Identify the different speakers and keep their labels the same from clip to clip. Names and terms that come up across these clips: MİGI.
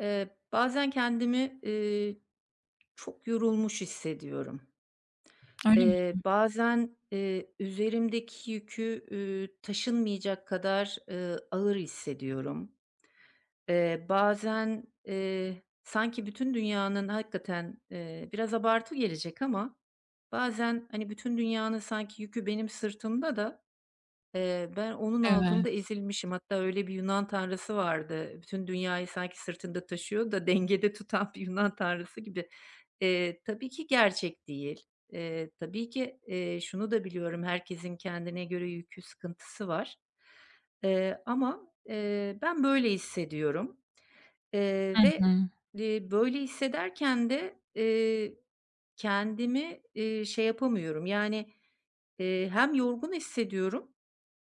Speaker 1: Bazen kendimi, çok yorulmuş hissediyorum.
Speaker 2: Öyle mi?
Speaker 1: Bazen, üzerimdeki yükü, taşınmayacak kadar, ağır hissediyorum. Bazen, sanki bütün dünyanın hakikaten, biraz abartı gelecek ama bazen, hani, bütün dünyanın sanki yükü benim sırtımda da ben onun altında
Speaker 2: Evet.
Speaker 1: ezilmişim. Hatta öyle bir Yunan tanrısı vardı. Bütün dünyayı sanki sırtında taşıyor da dengede tutan bir Yunan tanrısı gibi. Tabii ki gerçek değil. Tabii ki, şunu da biliyorum, herkesin kendine göre yükü, sıkıntısı var. Ama, ben böyle hissediyorum, eee,
Speaker 2: Hı
Speaker 1: ve,
Speaker 2: hı.
Speaker 1: böyle hissederken de, kendimi, şey yapamıyorum, yani, hem yorgun hissediyorum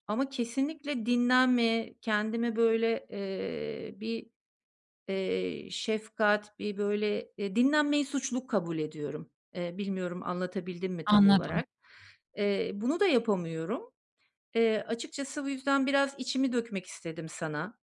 Speaker 1: ama kesinlikle dinlenme, kendime böyle, bir, şefkat, bir böyle, dinlenmeyi suçluluk kabul ediyorum. Bilmiyorum anlatabildim mi tam
Speaker 2: Anladım.
Speaker 1: olarak? Bunu da yapamıyorum. Açıkçası bu yüzden biraz içimi dökmek istedim sana.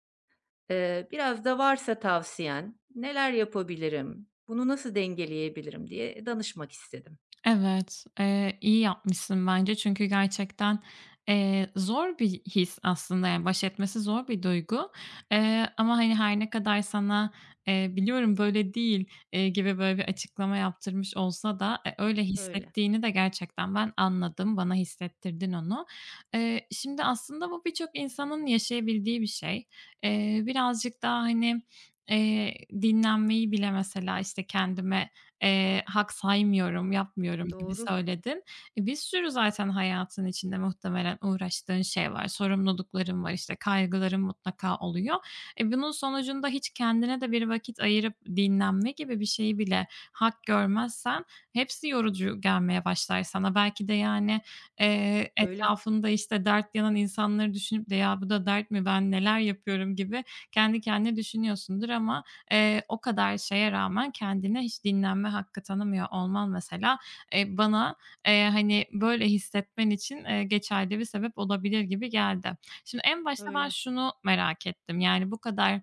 Speaker 1: Biraz da varsa tavsiyen, neler yapabilirim, bunu nasıl dengeleyebilirim diye danışmak istedim.
Speaker 2: Evet, iyi yapmışsın bence çünkü gerçekten, zor bir his aslında, yani, baş etmesi zor bir duygu. Ama, hani, her ne kadar sana, "Biliyorum, böyle değil." Gibi böyle bir açıklama yaptırmış olsa da, öyle
Speaker 1: Öyle.
Speaker 2: hissettiğini de gerçekten ben anladım. Bana hissettirdin onu. Şimdi aslında bu birçok insanın yaşayabildiği bir şey. Birazcık daha, hani, eee, dinlenmeyi bile mesela, işte, kendime hak saymıyorum, yapmıyorum gibi
Speaker 1: Doğru.
Speaker 2: söyledin. Bir sürü zaten hayatın içinde muhtemelen uğraştığın şey var. Sorumlulukların var, işte, kaygıların mutlaka oluyor. Bunun sonucunda hiç kendine de bir vakit ayırıp dinlenme gibi bir şeyi bile hak görmezsen hepsi yorucu gelmeye başlar sana. Belki de, yani,
Speaker 1: Öyle,
Speaker 2: etrafında, işte, dert yanan insanları düşünüp de "Ya, bu da dert mi, ben neler yapıyorum?" gibi kendi kendine düşünüyorsundur ama o kadar şeye rağmen kendine hiç dinlenme hakkı tanımıyor olman mesela, bana, hani, böyle hissetmen için, geçerli bir sebep olabilir gibi geldi. Şimdi en başta ben
Speaker 1: öyle.
Speaker 2: şunu merak ettim, yani, bu kadar,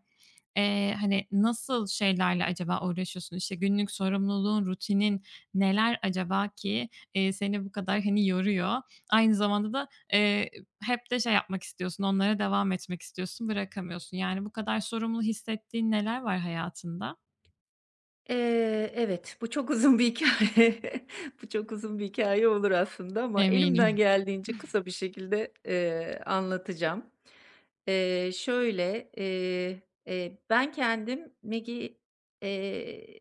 Speaker 2: hani, nasıl şeylerle acaba uğraşıyorsun? İşte, günlük sorumluluğun, rutinin neler acaba ki, seni bu kadar, hani, yoruyor? Aynı zamanda da, eee hep de şey yapmak istiyorsun, onlara devam etmek istiyorsun, bırakamıyorsun. Yani, bu kadar sorumlu hissettiğin neler var hayatında?
Speaker 1: Evet, bu çok uzun bir hikaye, Bu çok uzun bir hikaye olur aslında ama elimden
Speaker 2: Eminim.
Speaker 1: geldiğince kısa bir şekilde, anlatacağım. Şöyle, ben kendim MİGI, eee,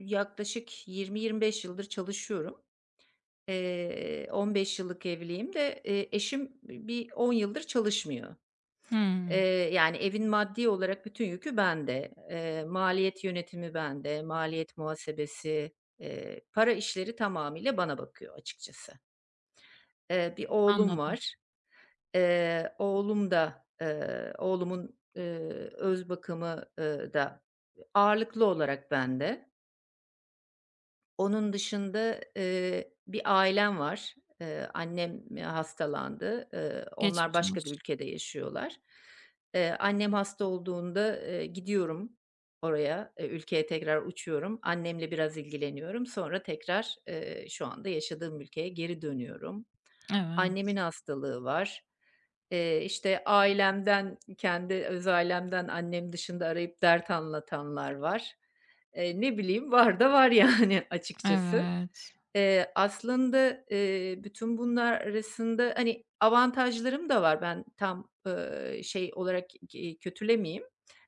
Speaker 1: yaklaşık 20-25 yıldır çalışıyorum. 15 yıllık evliyim de, eşim bir 10 yıldır çalışmıyor. Eee,
Speaker 2: Hımm,
Speaker 1: Yani, evin maddi olarak bütün yükü bende. Maliyet yönetimi bende, maliyet muhasebesi, para işleri tamamıyla bana bakıyor açıkçası. Bir oğlum
Speaker 2: anladım.
Speaker 1: var. Oğlumun, öz bakımı, da ağırlıklı olarak bende. Onun dışında, bir ailem var. Annem hastalandı. Onlar
Speaker 2: Geçmiş
Speaker 1: başka bir
Speaker 2: olsun.
Speaker 1: ülkede yaşıyorlar. Annem hasta olduğunda, gidiyorum oraya, ülkeye tekrar uçuyorum. Annemle biraz ilgileniyorum. Sonra tekrar, şu anda yaşadığım ülkeye geri dönüyorum.
Speaker 2: Evet,
Speaker 1: Annemin hastalığı var. İşte, ailemden, kendi öz ailemden annem dışında arayıp dert anlatanlar var. Ne bileyim, var da var yani açıkçası.
Speaker 2: evet.
Speaker 1: Aslında, bütün bunlar arasında, hani, avantajlarım da var. Ben tam, şey olarak kötülemeyeyim.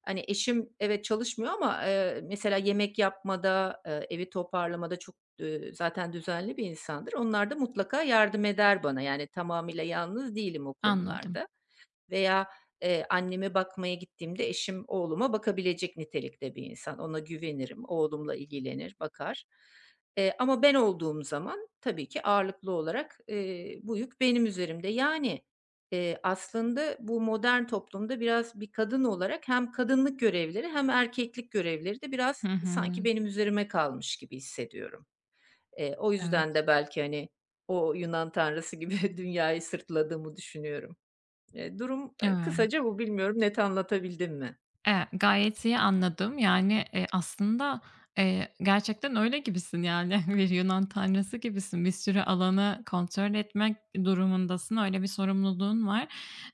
Speaker 1: Hani, eşim evet çalışmıyor ama, mesela yemek yapmada, evi toparlamada çok, zaten düzenli bir insandır. Onlarda mutlaka yardım eder bana. Yani tamamıyla yalnız değilim o
Speaker 2: Anladım.
Speaker 1: konularda. Veya, anneme bakmaya gittiğimde eşim oğluma bakabilecek nitelikte bir insan. Ona güvenirim, oğlumla ilgilenir, bakar. Ama ben olduğum zaman tabii ki ağırlıklı olarak, bu yük benim üzerimde. Yani, aslında bu modern toplumda biraz bir kadın olarak hem kadınlık görevleri hem erkeklik görevleri de biraz
Speaker 2: Hı hı.
Speaker 1: sanki benim üzerime kalmış gibi hissediyorum. O yüzden
Speaker 2: Evet,
Speaker 1: de belki, hani, o Yunan tanrısı gibi dünyayı sırtladığımı düşünüyorum. Durum,
Speaker 2: evet.
Speaker 1: kısaca bu. Bilmiyorum net anlatabildim mi?
Speaker 2: Gayet iyi anladım. Yani, aslında, gerçekten öyle gibisin yani. Bir Yunan tanrısı gibisin. Bir sürü alanı kontrol etmek durumundasın. Öyle bir sorumluluğun var.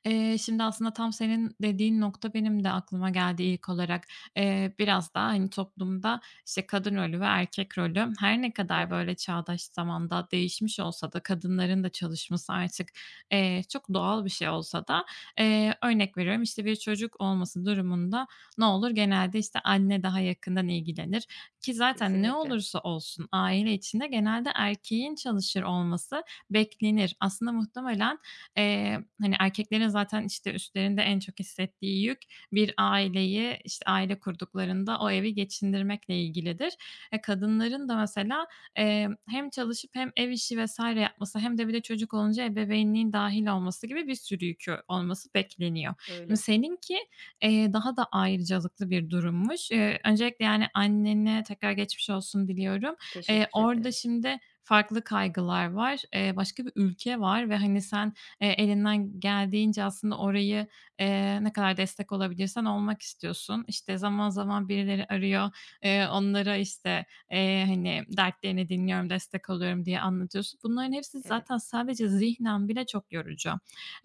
Speaker 2: Şimdi aslında tam senin dediğin nokta benim de aklıma geldi ilk olarak. Biraz daha, hani, toplumda, işte, kadın rolü ve erkek rolü her ne kadar
Speaker 1: Evet,
Speaker 2: böyle çağdaş zamanda değişmiş olsa da kadınların da çalışması artık, çok doğal bir şey olsa da örnek veriyorum, işte, bir çocuk olması durumunda ne olur? Genelde, işte, anne daha yakından ilgilenir ki zaten ne
Speaker 1: kesinlikle
Speaker 2: olursa olsun aile içinde genelde erkeğin çalışır olması beklenir. Aslında muhtemelen, hani, erkeklerin zaten, işte, üstlerinde en çok hissettiği yük bir aileyi, işte, aile kurduklarında o evi geçindirmekle ilgilidir. Kadınların da mesela hem çalışıp hem ev işi vesaire yapması hem de bir de çocuk olunca ebeveynliğin dâhil olması gibi bir sürü yükü olması bekleniyor. Şimdi
Speaker 1: öyle.
Speaker 2: seninki, daha da ayrıcalıklı bir durummuş. Öncelikle, yani, annene tekrar geçmiş olsun diliyorum.
Speaker 1: Teşekkür
Speaker 2: Orada
Speaker 1: ederim.
Speaker 2: şimdi farklı kaygılar var. Başka bir ülke var ve, hani, sen, elinden geldiğince aslında orayı, ne kadar destek olabilirsen olmak istiyorsun. İşte, zaman zaman birileri arıyor, onlara, işte, hani, dertlerini dinliyorum, destek oluyorum diye anlatıyorsun. Bunların hepsi
Speaker 1: Evet.
Speaker 2: zaten sadece zihnen bile çok yorucu.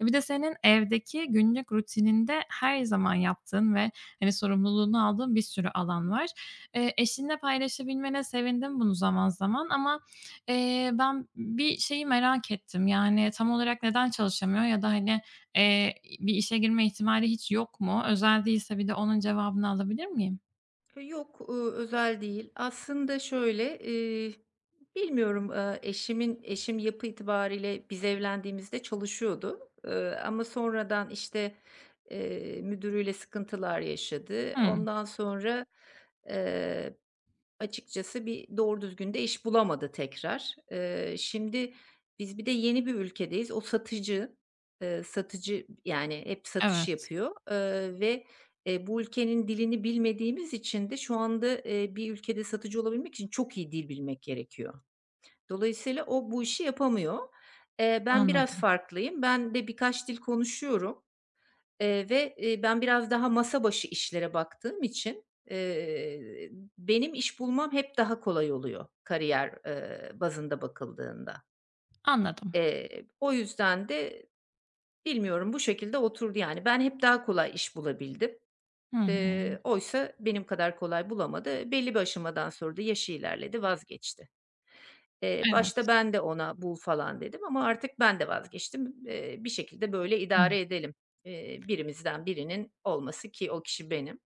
Speaker 2: Bir de senin evdeki günlük rutininde her zaman yaptığın ve, hani, sorumluluğunu aldığın bir sürü alan var. Eşinle paylaşabilmene sevindim bunu zaman zaman ama, ben bir şeyi merak ettim. Yani, tam olarak neden çalışamıyor ya da, hani, eee, bir işe girme ihtimali hiç yok mu? Özel değilse bir de onun cevabını alabilir miyim?
Speaker 1: Yok, özel değil. Aslında şöyle, bilmiyorum, eşim yapı itibariyle biz evlendiğimizde çalışıyordu, ama sonradan, işte, müdürüyle sıkıntılar yaşadı.
Speaker 2: Hımm.
Speaker 1: Ondan sonra, eee, açıkçası bir doğru düzgün de iş bulamadı tekrar. Şimdi biz bir de yeni bir ülkedeyiz. O satıcı, yani, hep satış
Speaker 2: Evet.
Speaker 1: yapıyor, ve bu ülkenin dilini bilmediğimiz için de şu anda, bir ülkede satıcı olabilmek için çok iyi dil bilmek gerekiyor. Dolayısıyla o bu işi yapamıyor. Ben biraz
Speaker 2: Anladım.
Speaker 1: farklıyım. Ben de birkaç dil konuşuyorum, ben biraz daha masa başı işlere baktığım için, benim iş bulmam hep daha kolay oluyor kariyer, bazında bakıldığında.
Speaker 2: Anladım.
Speaker 1: O yüzden de bilmiyorum bu şekilde oturdu yani. Ben hep daha kolay iş bulabildim.
Speaker 2: Hı hı.
Speaker 1: Oysa benim kadar kolay bulamadı. Belli bir aşamadan sonra da yaşı ilerledi, vazgeçti. Başta
Speaker 2: Evet.
Speaker 1: ben de ona bul falan dedim ama artık ben de vazgeçtim. Bir şekilde böyle
Speaker 2: Hımm.
Speaker 1: idare edelim. Birimizden birinin olması ki o kişi benim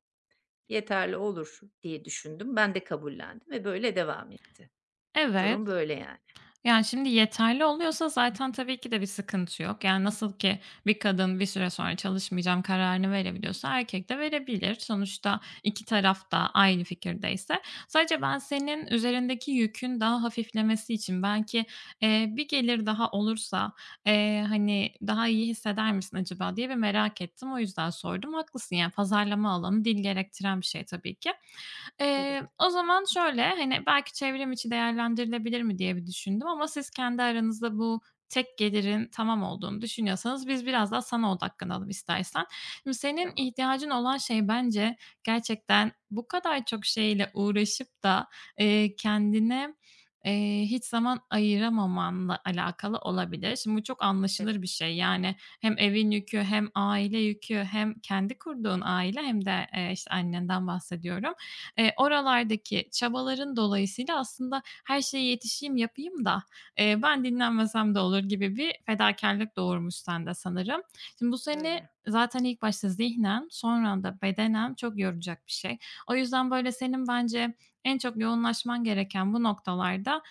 Speaker 1: yeterli olur diye düşündüm. Ben de kabullendim ve böyle devam etti.
Speaker 2: Evet.
Speaker 1: Durum böyle yani.
Speaker 2: Yani, şimdi yeterli oluyorsa zaten tabii ki de bir sıkıntı yok. Yani, nasıl ki bir kadın bir süre sonra çalışmayacağım kararını verebiliyorsa erkek de verebilir. Sonuçta 2 taraf da aynı fikirdeyse. Sadece ben senin üzerindeki yükün daha hafiflemesi için belki, bir gelir daha olursa, hani, daha iyi hisseder misin acaba diye bir merak ettim. O yüzden sordum. Haklısın, yani, pazarlama alanı dil gerektiren bir şey tabii ki.
Speaker 1: Evet,
Speaker 2: O zaman şöyle, hani, belki çevrim içi değerlendirilebilir mi diye bir düşündüm ama siz kendi aranızda bu tek gelirin tamam olduğunu düşünüyorsanız biz biraz daha sana odaklanalım istersen. Şimdi senin
Speaker 1: tamam.
Speaker 2: ihtiyacın olan şey bence gerçekten bu kadar çok şeyle uğraşıp da, kendine, hiç zaman ayıramamanla alakalı olabilir. Şimdi bu çok anlaşılır bir
Speaker 1: Evet,
Speaker 2: şey. Yani hem evin yükü hem aile yükü hem kendi kurduğun aile hem de, işte, annenden bahsediyorum. Oralardaki çabaların dolayısıyla aslında her şeye yetişeyim, yapayım da, ben dinlenmesem de olur gibi bir fedakârlık doğurmuş sende sanırım. Şimdi bu seni
Speaker 1: öyle.
Speaker 2: zaten ilk başta zihnen, sonra da bedenen çok yoracak bir şey. O yüzden, böyle, senin bence en çok yoğunlaşman gereken bu noktalarda,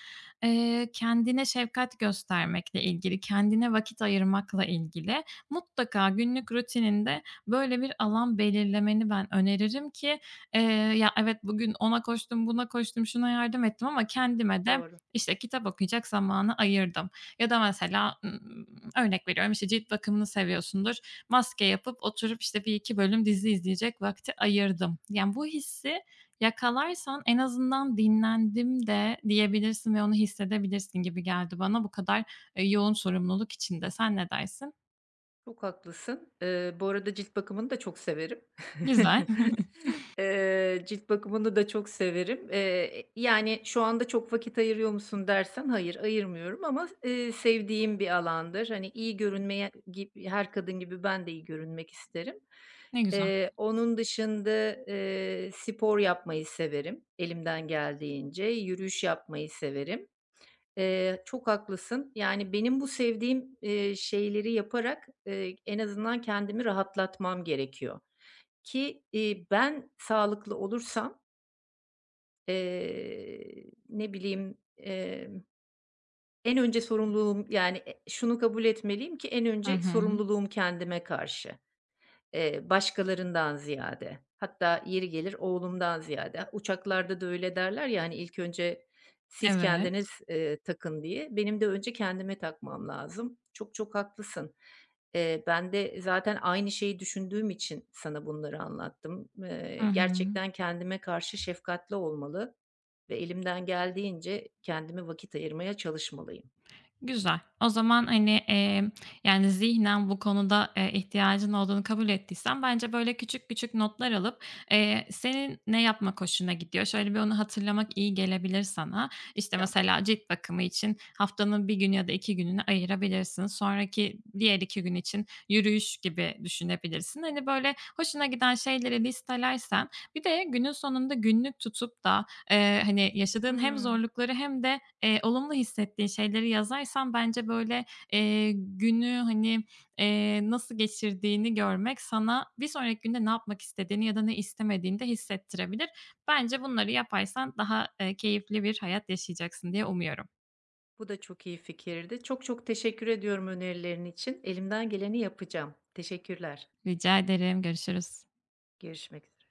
Speaker 2: kendine şefkat göstermekle ilgili, kendine vakit ayırmakla ilgili mutlaka günlük rutininde böyle bir alan belirlemeni ben öneririm ki Eee, ya, evet, bugün ona koştum, buna koştum, şuna yardım ettim ama kendime de,
Speaker 1: Doğru.
Speaker 2: işte, kitap okuyacak zamanı ayırdım. Ya da mesela, örnek veriyorum, işte, cilt bakımını seviyorsundur. Maske yapıp oturup, işte, bir iki bölüm dizi izleyecek vakti ayırdım. Yani, bu hissi yakalarsan en azından dinlendim de diyebilirsin ve onu hissedebilirsin gibi geldi bana bu kadar, yoğun sorumluluk içinde. Sen ne dersin?
Speaker 1: Çok haklısın. Bu arada cilt bakımını da çok severim.
Speaker 2: Güzel.
Speaker 1: Cilt bakımını da çok severim. Yani, şu anda çok vakit ayırıyor musun dersen hayır, ayırmıyorum ama, sevdiğim bir alandır. Hani, iyi görünmeye her kadın gibi ben de iyi görünmek isterim.
Speaker 2: Ne güzel.
Speaker 1: Onun dışında, spor yapmayı severim elimden geldiğince. Yürüyüş yapmayı severim. Çok haklısın. Yani, benim bu sevdiğim, şeyleri yaparak, en azından kendimi rahatlatmam gerekiyor ki, ben sağlıklı olursam, eee, ne bileyim, emm, en önce sorumluluğum, yani, şunu kabul etmeliyim ki en
Speaker 2: Hı
Speaker 1: önce
Speaker 2: hı.
Speaker 1: sorumluluğum kendime karşı. Başkalarından ziyade, hatta yeri gelir oğlumdan ziyade. Uçaklarda da öyle derler ya, hani, ilk önce siz
Speaker 2: Evet.
Speaker 1: kendiniz, takın diye. Benim de önce kendime takmam lazım. Çok çok haklısın. Ben de zaten aynı şeyi düşündüğüm için sana bunları anlattım.
Speaker 2: Hı hı.
Speaker 1: Gerçekten kendime karşı şefkatli olmalı ve elimden geldiğince kendime vakit ayırmaya çalışmalıyım.
Speaker 2: Güzel. O zaman, hani, yani, zihnen bu konuda, ihtiyacın olduğunu kabul ettiysen bence böyle küçük küçük notlar alıp, senin ne yapmak hoşuna gidiyor? Şöyle bir onu hatırlamak iyi gelebilir sana. İşte,
Speaker 1: Tamam.
Speaker 2: mesela cilt bakımı için haftanın bir günü ya da 2 gününü ayırabilirsin. Sonraki diğer 2 gün için yürüyüş gibi düşünebilirsin. Hani, böyle hoşuna giden şeyleri listelersen bir de günün sonunda günlük tutup da, hani, yaşadığın hem
Speaker 1: Hımm.
Speaker 2: zorlukları hem de olumlu hissettiğin şeyleri yazarsan bence, böyle, günü, hani, nasıl geçirdiğini görmek sana bir sonraki günde ne yapmak istediğini ya da ne istemediğini de hissettirebilir. Bence bunları yaparsan daha, keyifli bir hayat yaşayacaksın diye umuyorum.
Speaker 1: Bu da çok iyi fikirdi. Çok çok teşekkür ediyorum önerilerin için. Elimden geleni yapacağım. Teşekkürler.
Speaker 2: Rica ederim. Görüşürüz.
Speaker 1: Görüşmek üzere.